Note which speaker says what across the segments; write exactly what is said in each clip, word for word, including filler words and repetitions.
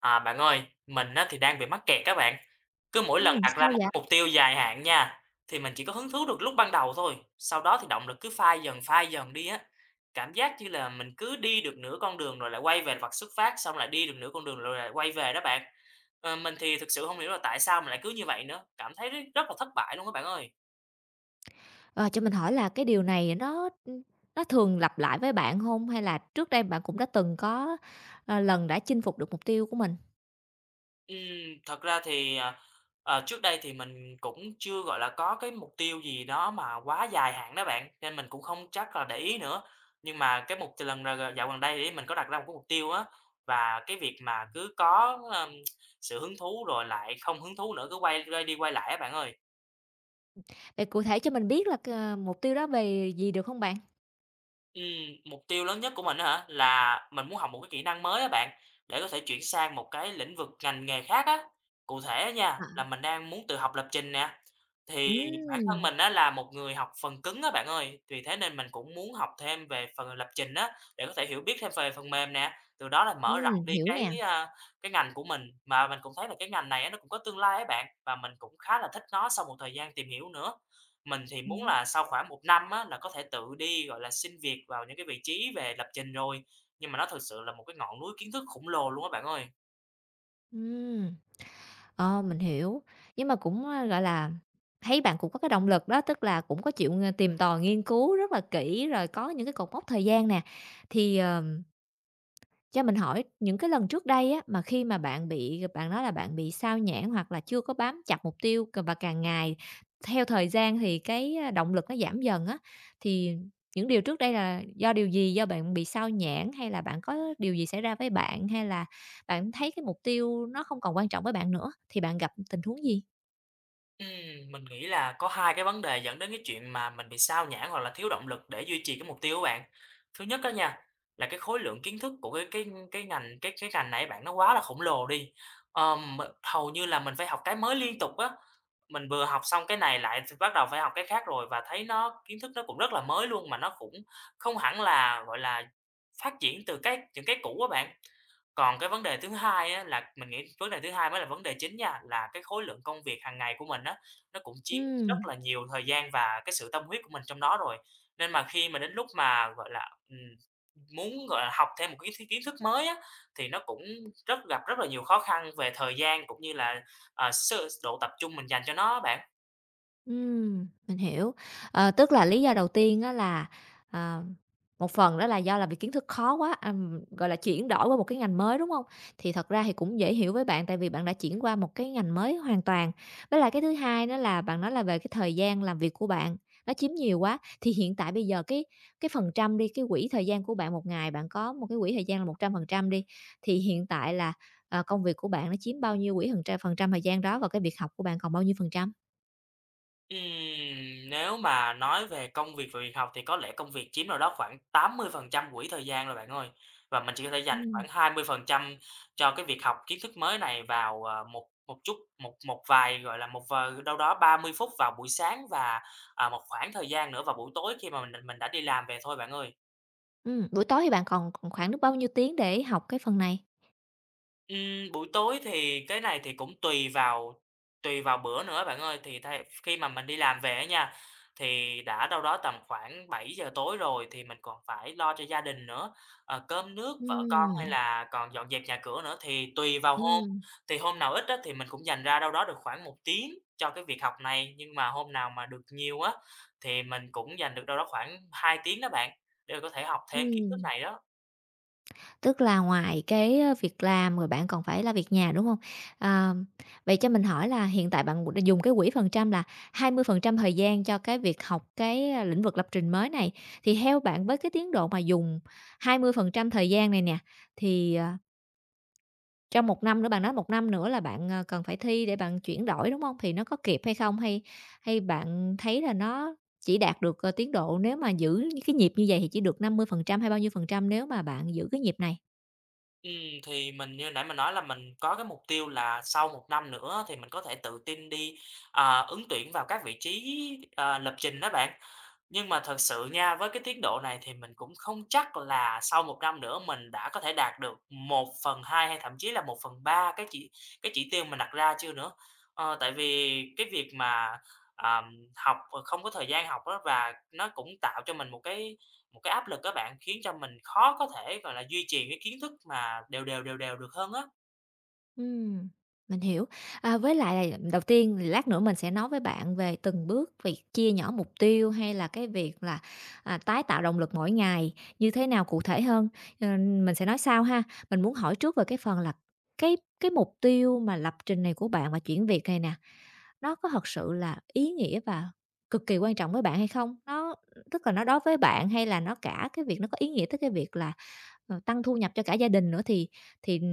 Speaker 1: À, bạn ơi, mình á thì đang bị mắc kẹt các bạn. Cứ mỗi lần
Speaker 2: Ừm,
Speaker 1: đặt ra
Speaker 2: sao
Speaker 1: một
Speaker 2: vậy?
Speaker 1: cái mục tiêu dài hạn nha, thì mình chỉ có hứng thú được lúc ban đầu thôi, sau đó thì động lực cứ phai dần phai dần đi á. Cảm giác như là mình cứ đi được nửa con đường rồi lại quay về vạch xuất phát, xong lại đi được nửa con đường rồi lại quay về đó bạn. Ờ, mình thì thực sự không hiểu là tại sao mình lại cứ như vậy nữa, cảm thấy rất rất là thất bại luôn các bạn ơi.
Speaker 2: Ờ, cho mình hỏi là cái điều này nó, nó thường lặp lại với bạn hông? Hay là trước đây bạn cũng đã từng có, ờ, lần đã chinh phục được mục tiêu của mình?
Speaker 1: Ừm, Thật ra thì, à, ờ, trước đây thì mình cũng chưa, gọi là, có cái mục tiêu gì đó mà quá dài hạn đó bạn, nên mình cũng không chắc là để ý nữa. Nhưng mà cái mục lần là dạo gần đây thì mình có đặt ra một cái mục tiêu á, và cái việc mà cứ có, ờm, sự hứng thú rồi lại không hứng thú nữa, cứ quay quay đi quay lại á bạn ơi.
Speaker 2: Vậy cụ thể cho mình biết là c mục tiêu đó về gì được hông bạn?
Speaker 1: Ừm, Mục tiêu lớn nhất của mình á hả? Là mình muốn học một cái kỹ năng mới á bạn, để có thể chuyển sang một cái lĩnh vực ngành nghề khác á. Cụ thể á nha,
Speaker 2: À.
Speaker 1: là mình đang muốn tự học lập trình nè, thì bản thân
Speaker 2: Ừm,
Speaker 1: mình á là một người học phần cứng á bạn ơi, vì thế nên mình cũng muốn học thêm về phần lập trình á, để có thể hiểu biết thêm về phần mềm nè, từ đó là mở rộng
Speaker 2: ừm,
Speaker 1: đi
Speaker 2: hiểu
Speaker 1: cái,
Speaker 2: nè.
Speaker 1: a, cái ngành của mình. Mà mình cũng thấy là cái ngành này á nó cũng có tương lai á bạn, và mình cũng khá là thích nó sau một thời gian tìm hiểu nữa. Mình thì muốn
Speaker 2: Ừm,
Speaker 1: là sau khoảng một năm á, là có thể tự đi, gọi là, xin việc vào những cái vị trí về lập trình rồi, nhưng mà nó thực sự là một cái ngọn núi kiến thức khổng lồ luôn á bạn ơi.
Speaker 2: ừm, ờ, mình hiểu. Nhưng mà cũng, a, gọi là, thấy bạn cũng có cái động lực đó, tức là cũng có chịu, ờ, tìm tòi nghiên cứu rất là kỹ, rồi có những cái cột mốc thời gian nè. Thì, ờ Cho mình hỏi những cái lần trước đây á, mà khi mà bạn bị bạn nói là bạn bị sao nhãng hoặc là chưa có bám chặt mục tiêu c và càng ngày theo thời gian thì cái, a, động lực nó giảm dần á, thì những điều trước đây là do điều gì? Do bạn bị sao nhãng hay là bạn có điều gì xảy ra với bạn, hay là bạn thấy cái mục tiêu nó không còn quan trọng với bạn nữa, thì bạn gặp tình huống gì?
Speaker 1: Ừm, mình nghĩ là có hai cái vấn đề dẫn đến cái chuyện mà mình bị sao nhãng hoặc là thiếu động lực để duy trì cái mục tiêu của bạn. Thứ nhất đó nha, là cái khối lượng kiến thức của cái cái cái ngành cái cái ngành này bạn nó quá là khổng lồ đi. Ờm, m Hầu như là mình phải học cái mới liên tục á, mình vừa học xong cái này lại thì bắt đầu phải học cái khác rồi và thấy nó kiến thức nó cũng rất là mới luôn, mà nó cũng không hẳn là, gọi là, phát triển từ cái những cái cũ á bạn. Còn cái vấn đề thứ hai á là mình nghĩ vấn đề thứ hai mới là vấn đề chính nha, là cái khối lượng công việc hàng ngày của mình á, nó cũng chiếm rất
Speaker 2: Ừm.
Speaker 1: là nhiều thời gian và cái sự tâm huyết của mình trong đó rồi. Nên mà khi mà đến lúc mà, gọi là, ừm, muốn, gọi là, học thêm một cái kiến kiến thức mới á, thì nó cũng rất gặp rất là nhiều khó khăn về thời gian cũng như là, ờ, s độ tập trung mình dành cho nó á bạn.
Speaker 2: Ừm, mình hiểu. Ờ, tức là lý do đầu tiên á là, à, một phần đó là do là vì kiến thức khó quá, ừm, gọi là, chuyển đổi qua một cái ngành mới, đúng không? Thì thật ra thì cũng dễ hiểu với bạn tại vì bạn đã chuyển qua một cái ngành mới hoàn toàn. Với lại cái thứ hai đó là bạn nói là về cái thời gian làm việc của bạn, nó chiếm nhiều quá, thì hiện tại bây giờ cái cái phần trăm đi, cái quỹ thời gian của bạn một ngày, bạn có một cái quỹ thời gian là một trăm phần trăm đi, thì hiện tại là, ờ, công việc của bạn nó chiếm bao nhiêu quỹ phần trăm phần trăm thời gian đó và cái việc học của bạn còn bao nhiêu phần trăm?
Speaker 1: Ừm, Nếu mà nói về công việc và việc học thì có lẽ công việc chiếm đâu đó khoảng tám mươi phần trăm quỹ thời gian rồi bạn ơi. Và mình chỉ có thể dành
Speaker 2: Ừm.
Speaker 1: khoảng hai mươi phần trăm cho cái việc học kiến thức mới này vào, ờ, một một chút, một một vài, gọi là, một vài đâu đó ba mươi phút vào buổi sáng và, à, một khoảng thời gian nữa vào buổi tối khi mà mình mình đã đi làm về thôi bạn ơi.
Speaker 2: Ừm, buổi tối thì bạn còn còn khoảng được bao nhiêu tiếng để học cái phần này?
Speaker 1: Ừm, buổi tối thì cái này thì cũng tùy vào tùy vào bữa nữa bạn ơi, thì thay khi mà mình đi làm về á nha, thì đã đâu đó tầm khoảng bảy giờ tối rồi thì mình còn phải lo cho gia đình nữa, ờ, cơm nước, vợ con hay
Speaker 2: Ừm,
Speaker 1: là còn dọn dẹp nhà cửa nữa thì tùy vào hôm.
Speaker 2: ừm,
Speaker 1: Thì hôm nào ít á thì mình cũng dành ra đâu đó được khoảng một tiếng cho cái việc học này, nhưng mà hôm nào mà được nhiều á thì mình cũng dành được đâu đó khoảng hai tiếng đó bạn, để có thể học thêm kiến thức
Speaker 2: ừm,
Speaker 1: này đó.
Speaker 2: tức là ngoài cái, ơ, việc làm rồi bạn còn phải lo việc nhà, đúng hông? Ờ, Vậy cho mình hỏi là hiện tại bạn đã dùng cái quỹ phần trăm là hai mươi phần trăm thời gian cho cái việc học cái, a, lĩnh vực lập trình mới này, thì theo bạn với cái tiến độ mà dùng hai mươi phần trăm thời gian này nè, thì, ờ, trong một năm nữa, bạn nói một năm nữa là bạn, ờ, cần phải thi để bạn chuyển đổi, đúng không? Thì nó có kịp hay không? Hay Hay bạn thấy là nó chỉ đạt được, ờ, tiến độ nếu mà giữ những cái nhịp như vậy thì chỉ được năm mươi phần trăm hay bao nhiêu phần trăm nếu mà bạn giữ cái nhịp này?
Speaker 1: Ừm, thì mình như nãy mình nói là mình có cái mục tiêu là sau một năm nữa thì mình có thể tự tin đi, ờ, ứng tuyển vào các vị trí, ờ, lập trình đó bạn. Nhưng mà thật sự nha, với cái tiến độ này thì mình cũng không chắc là sau một năm nữa mình đã có thể đạt được một phần hai hay thậm chí là một phần ba cái chỉ cái chỉ tiêu mình đặt ra chưa nữa. Ờ, tại vì cái việc mà, ờm, học, ờ, không có thời gian học đó và nó cũng tạo cho mình một cái một cái áp lực các bạn, khiến cho mình khó có thể, gọi là, duy trì cái kiến thức mà đều đều, đều đều được hơn á.
Speaker 2: Ừm, mình hiểu. À, với lại là đầu tiên thì lát nữa mình sẽ nói với bạn về từng bước việc chia nhỏ mục tiêu hay là cái việc là, à, tái tạo động lực mỗi ngày như thế nào cụ thể hơn, ờ, mình sẽ nói sau ha. Mình muốn hỏi trước về cái phần là cái cái mục tiêu mà lập trình này của bạn và chuyển việc này nè, nó có thật sự là ý nghĩa và cực kỳ quan trọng với bạn hay không? Nó tức là nó đối với bạn hay là nó cả cái việc nó có ý nghĩa tới cái việc là Ờ, tăng thu nhập cho cả gia đình nữa thì thì ừ,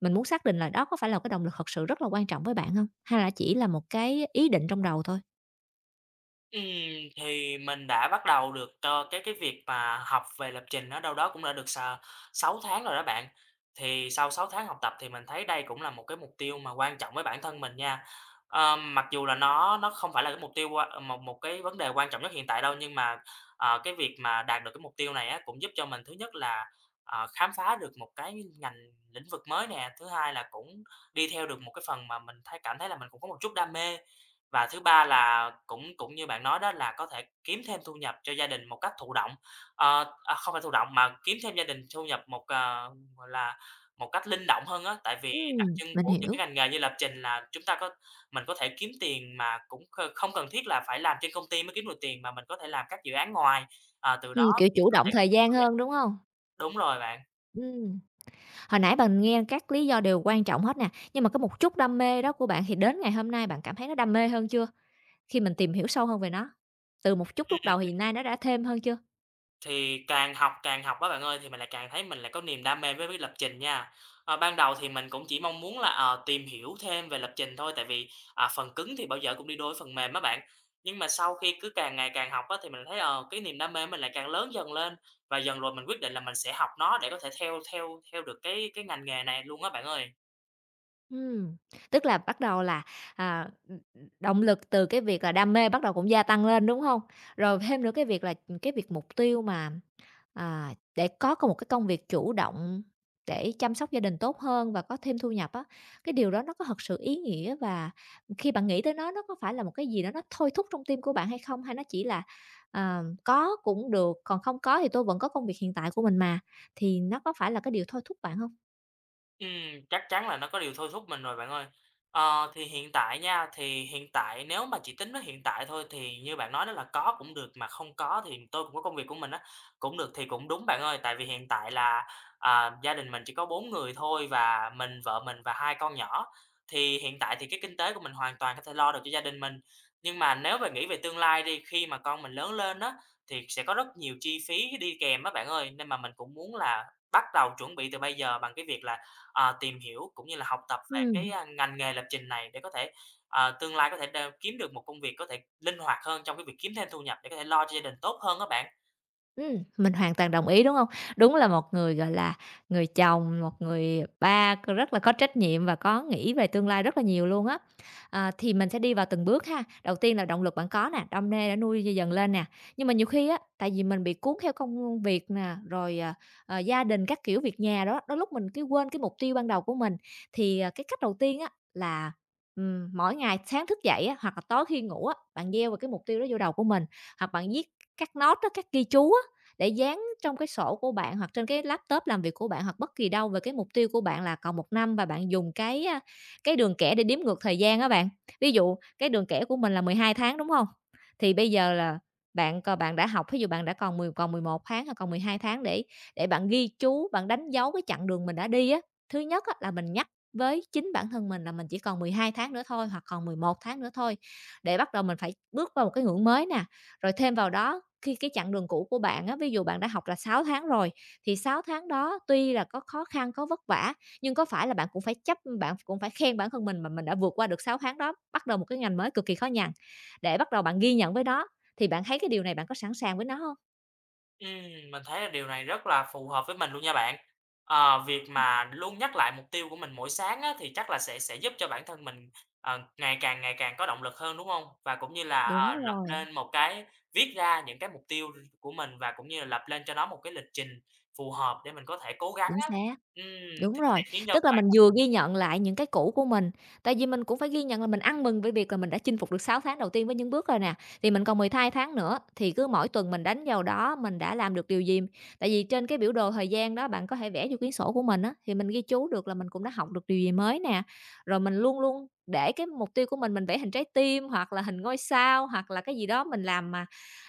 Speaker 2: mình muốn xác định là đó có phải là cái động lực thật sự rất là quan trọng với bạn không? Hay là chỉ là một cái ý định trong đầu thôi?
Speaker 1: Ừm, thì mình đã bắt đầu được, ờ, cái cái việc mà học về lập trình ở đâu đó cũng đã được s sáu tháng rồi đó bạn. Thì sau sáu tháng học tập thì mình thấy đây cũng là một cái mục tiêu mà quan trọng với bản thân mình nha. Ờ, mặc dù là nó nó không phải là cái mục tiêu quan một một cái vấn đề quan trọng nhất hiện tại đâu, nhưng mà, ờ, cái việc mà đạt được cái mục tiêu này á, cũng giúp cho mình thứ nhất là, ờ, khám phá được một cái ngành lĩnh vực mới nè, thứ hai là cũng đi theo được một cái phần mà mình thấy cảm thấy là mình cũng có một chút đam mê. Và thứ ba là cũng cũng như bạn nói đó là có thể kiếm thêm thu nhập cho gia đình một cách thụ động, ờ, à, không phải thụ động mà kiếm thêm gia đình thu nhập một, ờ, gọi là, một cách linh động hơn á. Tại vì đặc
Speaker 2: Ừm,
Speaker 1: trưng
Speaker 2: mình
Speaker 1: của những cái
Speaker 2: hiểu.
Speaker 1: ngành nghề như lập trình là chúng ta có mình có thể kiếm tiền mà cũng kh không cần thiết là phải làm trên công ty mới kiếm được tiền, mà mình có thể làm các dự án ngoài, ờ, từ đó
Speaker 2: Ừm, kiểu,
Speaker 1: thì
Speaker 2: chủ
Speaker 1: có
Speaker 2: động
Speaker 1: thể kiếm
Speaker 2: thời
Speaker 1: thêm thu
Speaker 2: gian
Speaker 1: nhập.
Speaker 2: hơn, đúng không?
Speaker 1: Đúng rồi bạn.
Speaker 2: Ừm, hồi nãy bạn nghe các lý do đều quan trọng hết nè, nhưng mà có một chút đam mê đó của bạn thì đến ngày hôm nay bạn cảm thấy nó đam mê hơn chưa? Khi mình tìm hiểu sâu hơn về nó, từ một chút lúc đầu thì nay nó đã thêm hơn chưa?
Speaker 1: Thì càng học càng học các bạn ơi, thì mình lại càng thấy mình lại có niềm đam mê với với lập trình nha. Ờ, ban đầu thì mình cũng chỉ mong muốn là, ờ, tìm hiểu thêm về lập trình thôi, tại vì, à, phần cứng thì bao giờ cũng đi đôi với phần mềm á bạn. Nhưng mà sau khi cứ càng ngày càng học á, thì mình thấy, ờ, cái niềm đam mê mình lại càng lớn dần lên, và dần rồi mình quyết định là mình sẽ học nó để có thể theo theo theo được cái cái ngành nghề này luôn á bạn ơi.
Speaker 2: Ừm, tức là bắt đầu là, à, ừm, ừm, động lực từ cái việc là đam mê bắt đầu cũng gia tăng lên, đúng không? Rồi thêm nữa cái việc là, cái việc mục tiêu mà, à, để có có một cái công việc chủ động để chăm sóc gia đình tốt hơn và có thêm thu nhập á, cái điều đó nó có thật sự ý nghĩa và khi bạn nghĩ tới nó, nó có phải là một cái gì đó nó thôi thúc trong tim của bạn hay không? Hay nó chỉ là, ờ, có cũng được, còn không có thì tôi vẫn có công việc hiện tại của mình mà, thì nó có phải là cái điều thôi thúc bạn không?
Speaker 1: Ừm, chắc chắn là nó có điều thôi thúc mình rồi bạn ơi. Ờ, thì hiện tại nha, thì hiện tại nếu mà chỉ tính với hiện tại thôi thì như bạn nói đó là có cũng được mà không có thì tôi cũng có công việc của mình á, cũng được thì cũng đúng bạn ơi. Tại vì hiện tại là, à, gia đình mình chỉ có bốn người thôi và mình, vợ mình và hai con nhỏ, thì hiện tại thì cái kinh tế của mình hoàn toàn có thể lo được cho gia đình mình. Nhưng mà nếu mà nghĩ về tương lai đi, khi mà con mình lớn lên á, thì sẽ có rất nhiều chi phí đi kèm á bạn ơi, nên mà mình cũng muốn là bắt đầu chuẩn bị từ bây giờ bằng cái việc là à, tìm hiểu cũng như là học tập về cái, a, ngành nghề lập trình này để có thể, ờ, tương lai có thể đ kiếm được một công việc có thể linh hoạt hơn trong cái việc kiếm thêm thu nhập để có thể lo cho gia đình tốt hơn các bạn.
Speaker 2: Ừm, mình hoàn toàn đồng ý, đúng không? Đúng là một người, gọi là, người chồng, một người ba rất là có trách nhiệm và có nghĩ về tương lai rất là nhiều luôn á. Ờ, thì mình sẽ đi vào từng bước ha. Đầu tiên là động lực bạn có nè, đam mê đã nuôi dần lên nè. Nhưng mà nhiều khi á, tại vì mình bị cuốn theo công việc nè, rồi, ờ, ờ, gia đình các kiểu, việc nhà đó, đôi lúc mình cứ quên cái mục tiêu ban đầu của mình. Thì, ờ, cái cách đầu tiên á là, ừm, mỗi ngày sáng thức dậy á, hoặc là tối khi ngủ á, bạn gieo vào cái mục tiêu đó vô đầu của mình, hoặc bạn viết các nốt á, các ghi chú á để dán trong cái sổ của bạn hoặc trên cái laptop làm việc của bạn hoặc bất kỳ đâu về cái mục tiêu của bạn là còn một năm và bạn dùng cái, a, cái đường kẻ để đếm ngược thời gian á bạn. Ví dụ cái đường kẻ của mình là mười hai tháng, đúng không? Thì bây giờ là bạn còn bạn đã học, thí dụ bạn đã còn mười còn mười một tháng hay còn mười hai tháng để để bạn ghi chú, bạn đánh dấu cái chặng đường mình đã đi á. Thứ nhất á là mình nhắc với chính bản thân mình là mình chỉ còn mười hai tháng nữa thôi hoặc còn mười một tháng nữa thôi, để bắt đầu mình phải bước vào một cái ngưỡng mới nè. Rồi thêm vào đó khi cái chặng đường cũ của bạn á, ví dụ bạn đã học là sáu tháng rồi, thì sáu tháng đó tuy là có khó khăn, có vất vả, nhưng có phải là bạn cũng phải chấp bạn cũng phải khen bản thân mình mà mình đã vượt qua được sáu tháng đó, bắt đầu một cái ngành mới cực kỳ khó nhằn, để bắt đầu bạn ghi nhận với nó, thì bạn thấy cái điều này bạn có sẵn sàng với nó không?
Speaker 1: Ừm, mình thấy là điều này rất là phù hợp với mình luôn nha bạn. Ờ, việc mà luôn nhắc lại mục tiêu của mình mỗi sáng á, thì chắc là sẽ sẽ giúp cho bản thân mình, ờ, ngày càng ngày càng có động lực hơn, đúng không? Và cũng như là,
Speaker 2: Đúng
Speaker 1: ờ, lập
Speaker 2: rồi,
Speaker 1: lên một cái viết ra những cái mục tiêu của mình và cũng như là lập lên cho nó một cái lịch trình phù hợp để mình có thể cố gắng
Speaker 2: chính
Speaker 1: á.
Speaker 2: xác.
Speaker 1: Ừm,
Speaker 2: Đúng
Speaker 1: thì sẽ
Speaker 2: rồi,
Speaker 1: khiến cho
Speaker 2: tức là
Speaker 1: bản
Speaker 2: mình
Speaker 1: thân
Speaker 2: vừa
Speaker 1: mình
Speaker 2: ghi nhận lại những cái cũ của mình, tại vì mình cũng phải ghi nhận là mình ăn mừng với việc là mình đã chinh phục được sáu tháng đầu tiên với những bước rồi nè, thì mình còn mười hai tháng nữa, thì cứ mỗi tuần mình đánh vào đó mình đã làm được điều gì. Tại vì trên cái biểu đồ thời gian đó bạn có thể vẽ vô quyển sổ của mình á, thì mình ghi chú được là mình cũng đã học được điều gì mới nè. Rồi mình luôn luôn để cái mục tiêu của mình mình vẽ hình trái tim hoặc là hình ngôi sao, hoặc là cái gì đó mình làm mà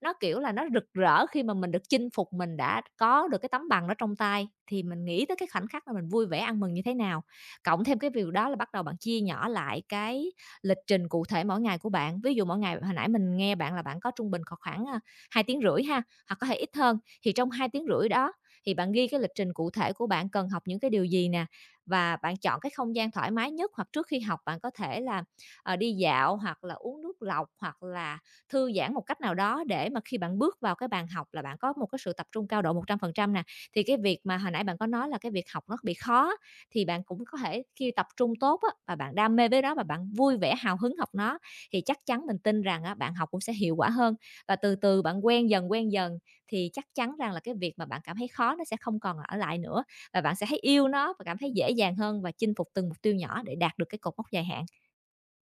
Speaker 2: nó, kiểu là, nó rực rỡ khi mà mình được chinh phục, mình đã có được cái tấm bằng đó trong tay, thì mình nghĩ tới cái khoảnh khắc là mình vui vẻ ăn mừng như thế nào. Cộng thêm cái việc đó là bắt đầu bạn chia nhỏ lại cái lịch trình cụ thể mỗi ngày của bạn. Ví dụ mỗi ngày hồi nãy mình nghe bạn là bạn có trung bình kh khoảng, a, hai tiếng rưỡi ha, hoặc có thể ít hơn, thì trong hai tiếng rưỡi đó thì bạn ghi cái lịch trình cụ thể của bạn cần học những cái điều gì nè, và bạn chọn cái không gian thoải mái nhất, hoặc trước khi học bạn có thể là, ờ, đi dạo hoặc là uống nước lọc, hoặc là thư giãn một cách nào đó để mà khi bạn bước vào cái bàn học là bạn có một cái sự tập trung cao độ một trăm phần trăm nè. Thì cái việc mà hồi nãy bạn có nói là cái việc học nó bị khó, thì bạn cũng có thể khi tập trung tốt á, và bạn đam mê với nó và bạn vui vẻ hào hứng học nó, thì chắc chắn mình tin rằng á, bạn học cũng sẽ hiệu quả hơn. Và từ từ bạn quen dần, quen dần thì chắc chắn rằng là cái việc mà bạn cảm thấy khó nó sẽ không còn ở lại nữa, và bạn sẽ thấy yêu nó và cảm thấy dễ dàng hơn và chinh phục từng mục tiêu nhỏ để đạt được cái cột mốc dài hạn.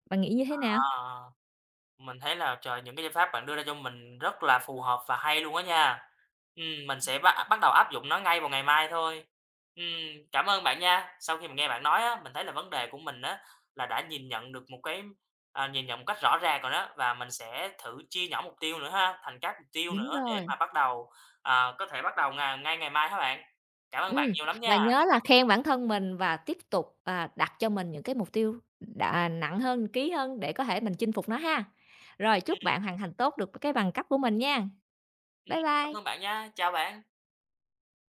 Speaker 2: Bạn nghĩ như thế nào?
Speaker 1: ờ. Mình thấy là, trời, những cái giải pháp bạn đưa ra cho mình rất là phù hợp và hay luôn á nha. Ừm, mình sẽ bắt bắt đầu áp dụng nó ngay vào ngày mai thôi. Ừm, Cảm ơn bạn nha. Sau khi mà nghe bạn nói á, mình thấy là vấn đề của mình á, là đã nhìn nhận được một cái à, nhìn nhận một cách rõ ràng rồi đó, và mình sẽ thử chia nhỏ mục tiêu nữa ha, thành các mục tiêu
Speaker 2: Đúng
Speaker 1: nữa để
Speaker 2: rồi.
Speaker 1: mà bắt đầu, à, có thể bắt đầu ngà ngay ngày mai há bạn. Cảm ơn bạn
Speaker 2: Ừm,
Speaker 1: nhiều lắm nha.
Speaker 2: và nhớ là khen bản thân mình và tiếp tục, à, đặt cho mình những cái mục tiêu đà à, nặng hơn, ký hơn để có thể mình chinh phục nó ha. Rồi chúc
Speaker 1: Ừm,
Speaker 2: bạn hoàn thành tốt được cái bằng cấp của mình nha.
Speaker 1: ừm,
Speaker 2: Bye
Speaker 1: Cảm ơn
Speaker 2: bye.
Speaker 1: bạn nha. Chào bạn.